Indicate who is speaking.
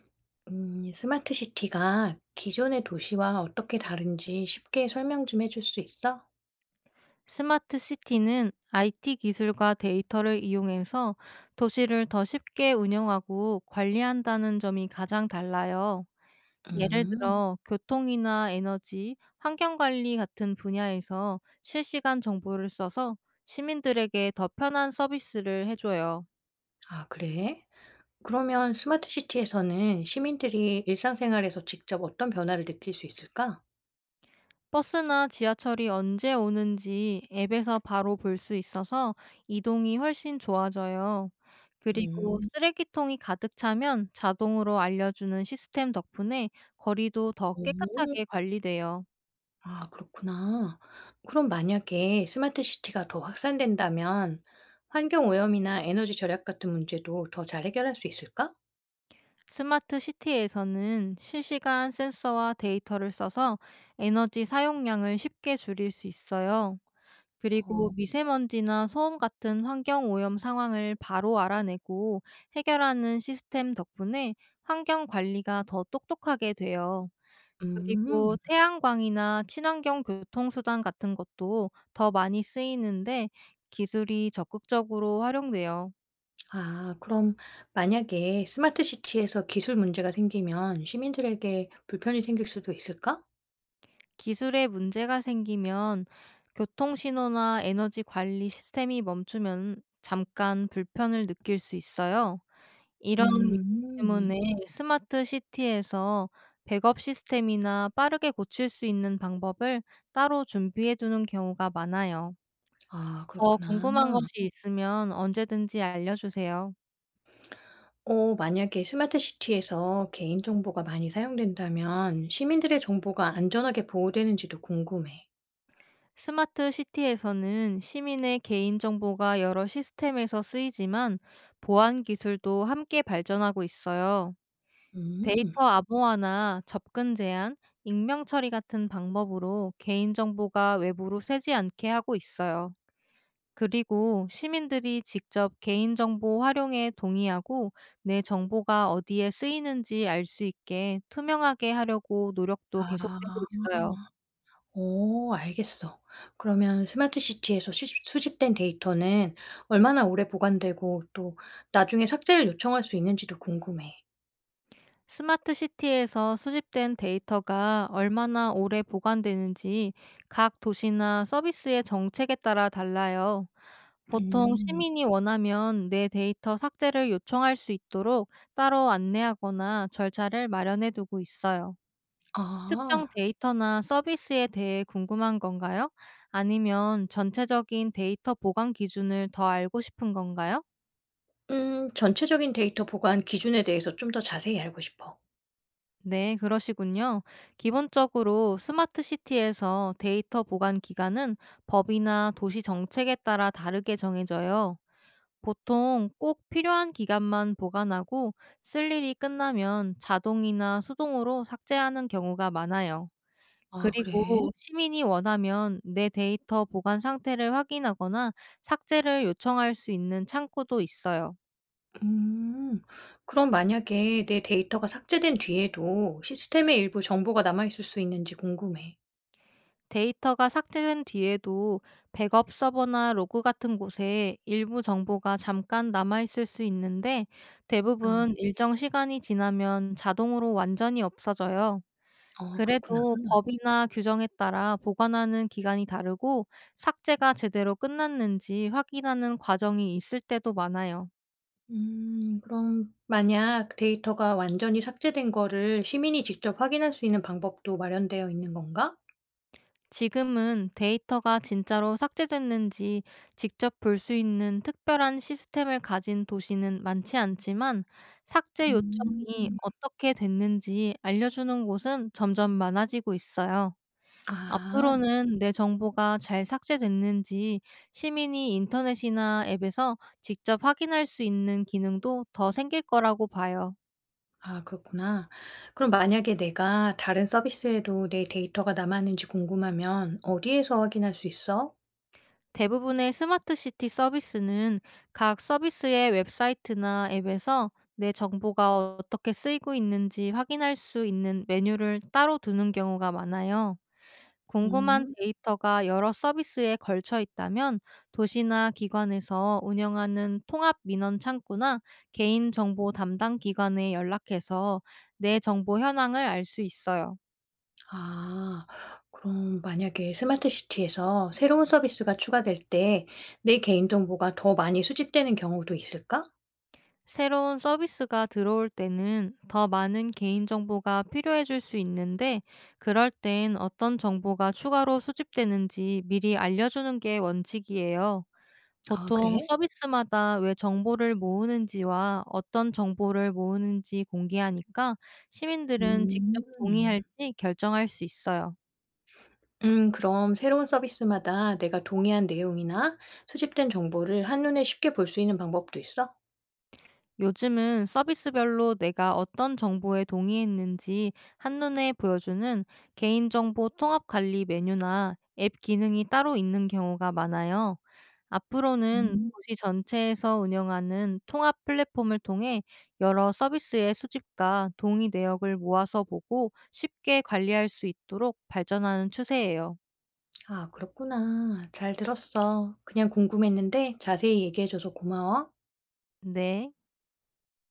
Speaker 1: 스마트 시티가 기존의 도시와 어떻게 다른지 쉽게 설명 좀 해줄 수 있어?
Speaker 2: 스마트 시티는 IT 기술과 데이터를 이용해서 도시를 더 쉽게 운영하고 관리한다는 점이 가장 달라요. 예를
Speaker 1: 음,
Speaker 2: 들어, 교통이나 에너지, 환경관리 같은 분야에서 실시간 정보를 써서 시민들에게 더 편한 서비스를 해줘요.
Speaker 1: 아, 그래? 그러면 스마트 시티에서는 시민들이 일상생활에서 직접 어떤 변화를 느낄 수 있을까?
Speaker 2: 버스나 지하철이 언제 오는지 앱에서 바로 볼 수 있어서 이동이 훨씬 좋아져요. 그리고
Speaker 1: 음,
Speaker 2: 쓰레기통이 가득 차면 자동으로 알려주는 시스템 덕분에 거리도 더
Speaker 1: 오,
Speaker 2: 깨끗하게 관리돼요.
Speaker 1: 아, 그렇구나. 그럼 만약에 스마트 시티가 더 확산된다면 환경 오염이나 에너지 절약 같은 문제도 더 잘 해결할 수 있을까?
Speaker 2: 스마트 시티에서는 실시간 센서와 데이터를 써서 에너지 사용량을 쉽게 줄일 수 있어요. 그리고
Speaker 1: 어,
Speaker 2: 미세먼지나 소음 같은 환경 오염 상황을 바로 알아내고 해결하는 시스템 덕분에 환경 관리가 더 똑똑하게 돼요. 그리고
Speaker 1: 음.
Speaker 2: 태양광이나 친환경 교통수단 같은 것도 더 많이 쓰이는데 기술이 적극적으로 활용돼요.
Speaker 1: 아, 그럼 만약에 스마트 시티에서 기술 문제가 생기면 시민들에게 불편이 생길 수도 있을까?
Speaker 2: 기술에 문제가 생기면 교통신호나 에너지 관리 시스템이 멈추면 잠깐 불편을 느낄 수 있어요. 이런 위기
Speaker 1: 음.
Speaker 2: 때문에 스마트 시티에서 백업 시스템이나 빠르게 고칠 수 있는 방법을 따로 준비해 두는 경우가 많아요.
Speaker 1: 아,
Speaker 2: 더
Speaker 1: 그렇구나.
Speaker 2: 궁금한 것이 있으면 언제든지 알려주세요.
Speaker 1: 어, 만약에 스마트 시티에서 개인 정보가 많이 사용된다면 시민들의 정보가 안전하게 보호되는지도 궁금해.
Speaker 2: 스마트 시티에서는 시민의 개인정보가 여러 시스템에서 쓰이지만 보안 기술도 함께 발전하고 있어요.
Speaker 1: 음.
Speaker 2: 데이터 암호화나 접근 제한, 익명 처리 같은 방법으로 개인정보가 외부로 새지 않게 하고 있어요. 그리고 시민들이 직접 개인정보 활용에 동의하고 내 정보가 어디에 쓰이는지 알 수 있게 투명하게 하려고 노력도 계속되고
Speaker 1: 아.
Speaker 2: 있어요.
Speaker 1: 오, 알겠어. 그러면 스마트 시티에서 수집된 데이터는 얼마나 오래 보관되고 또 나중에 삭제를 요청할 수 있는지도 궁금해.
Speaker 2: 스마트 시티에서 수집된 데이터가 얼마나 오래 보관되는지 각 도시나 서비스의 정책에 따라 달라요. 보통
Speaker 1: 음.
Speaker 2: 시민이 원하면 내 데이터 삭제를 요청할 수 있도록 따로 안내하거나 절차를 마련해 두고 있어요. 특정
Speaker 1: 아.
Speaker 2: 데이터나 서비스에 대해 궁금한 건가요? 아니면 전체적인 데이터 보관 기준을 더 알고 싶은 건가요?
Speaker 1: 전체적인 데이터 보관 기준에 대해서 좀 더 자세히 알고 싶어.
Speaker 2: 네, 그러시군요. 기본적으로 스마트 시티에서 데이터 보관 기간은 법이나 도시 정책에 따라 다르게 정해져요. 보통 꼭 필요한 기간만 보관하고 쓸 일이 끝나면 자동이나 수동으로 삭제하는 경우가 많아요.
Speaker 1: 아, 그래?
Speaker 2: 그리고 시민이 원하면 내 데이터 보관 상태를 확인하거나 삭제를 요청할 수 있는 창구도 있어요.
Speaker 1: 음. 그럼 만약에 내 데이터가 삭제된 뒤에도 시스템의 일부 정보가 남아 있을 수 있는지 궁금해.
Speaker 2: 데이터가 삭제된 뒤에도 백업 서버나 로그 같은 곳에 일부 정보가 잠깐 남아있을 수 있는데,
Speaker 1: 아.
Speaker 2: 대부분 일정 시간이 지나면 자동으로 완전히 없어져요.
Speaker 1: 어, 그렇구나.
Speaker 2: 그래도 법이나 규정에 따라 보관하는 기간이 다르고 삭제가 제대로 끝났는지 확인하는 과정이 있을 때도 많아요.
Speaker 1: 그럼 만약 데이터가 완전히 삭제된 거를 시민이 직접 확인할 수 있는 방법도 마련되어 있는 건가?
Speaker 2: 지금은 데이터가 진짜로 삭제됐는지 직접 볼 수 있는 특별한 시스템을 가진 도시는 많지 않지만, 삭제
Speaker 1: 음.
Speaker 2: 요청이 어떻게 됐는지 알려주는 곳은 점점 많아지고 있어요.
Speaker 1: 아.
Speaker 2: 앞으로는 내 정보가 잘 삭제됐는지 시민이 인터넷이나 앱에서 직접 확인할 수 있는 기능도 더 생길 거라고 봐요.
Speaker 1: 아, 그렇구나. 그럼 만약에 내가 다른 서비스에도 내 데이터가 남았는지 궁금하면 어디에서 확인할 수 있어?
Speaker 2: 대부분의 스마트 시티 서비스는 각 서비스의 웹사이트나 앱에서 내 정보가 어떻게 쓰이고 있는지 확인할 수 있는 메뉴를 따로 두는 경우가 많아요. 궁금한
Speaker 1: 음.
Speaker 2: 데이터가 여러 서비스에 걸쳐 있다면 도시나 기관에서 운영하는 통합 민원 창구나 개인 정보 담당 기관에 연락해서 내 정보 현황을 알 수 있어요.
Speaker 1: 아. 그럼 만약에 스마트 시티에서 새로운 서비스가 추가될 때 내 개인 정보가 더 많이 수집되는 경우도 있을까?
Speaker 2: 새로운 서비스가 들어올 때는 더 많은 개인정보가 필요해질 수 있는데, 그럴 땐 어떤 정보가 추가로 수집되는지 미리 알려주는 게 원칙이에요.
Speaker 1: 아, 그래?
Speaker 2: 보통 서비스마다 왜 정보를 모으는지와 어떤 정보를 모으는지 공개하니까 시민들은 직접
Speaker 1: 음.
Speaker 2: 동의할지 결정할 수 있어요.
Speaker 1: 그럼 새로운 서비스마다 내가 동의한 내용이나 수집된 정보를 한눈에 쉽게 볼 수 있는 방법도 있어?
Speaker 2: 요즘은 서비스별로 내가 어떤 정보에 동의했는지 한눈에 보여주는 개인정보 통합 관리 메뉴나 앱 기능이 따로 있는 경우가 많아요. 앞으로는
Speaker 1: 음.
Speaker 2: 도시 전체에서 운영하는 통합 플랫폼을 통해 여러 서비스의 수집과 동의 내역을 모아서 보고 쉽게 관리할 수 있도록 발전하는 추세예요.
Speaker 1: 아, 그렇구나. 잘 들었어. 그냥 궁금했는데 자세히 얘기해줘서 고마워.
Speaker 2: 네.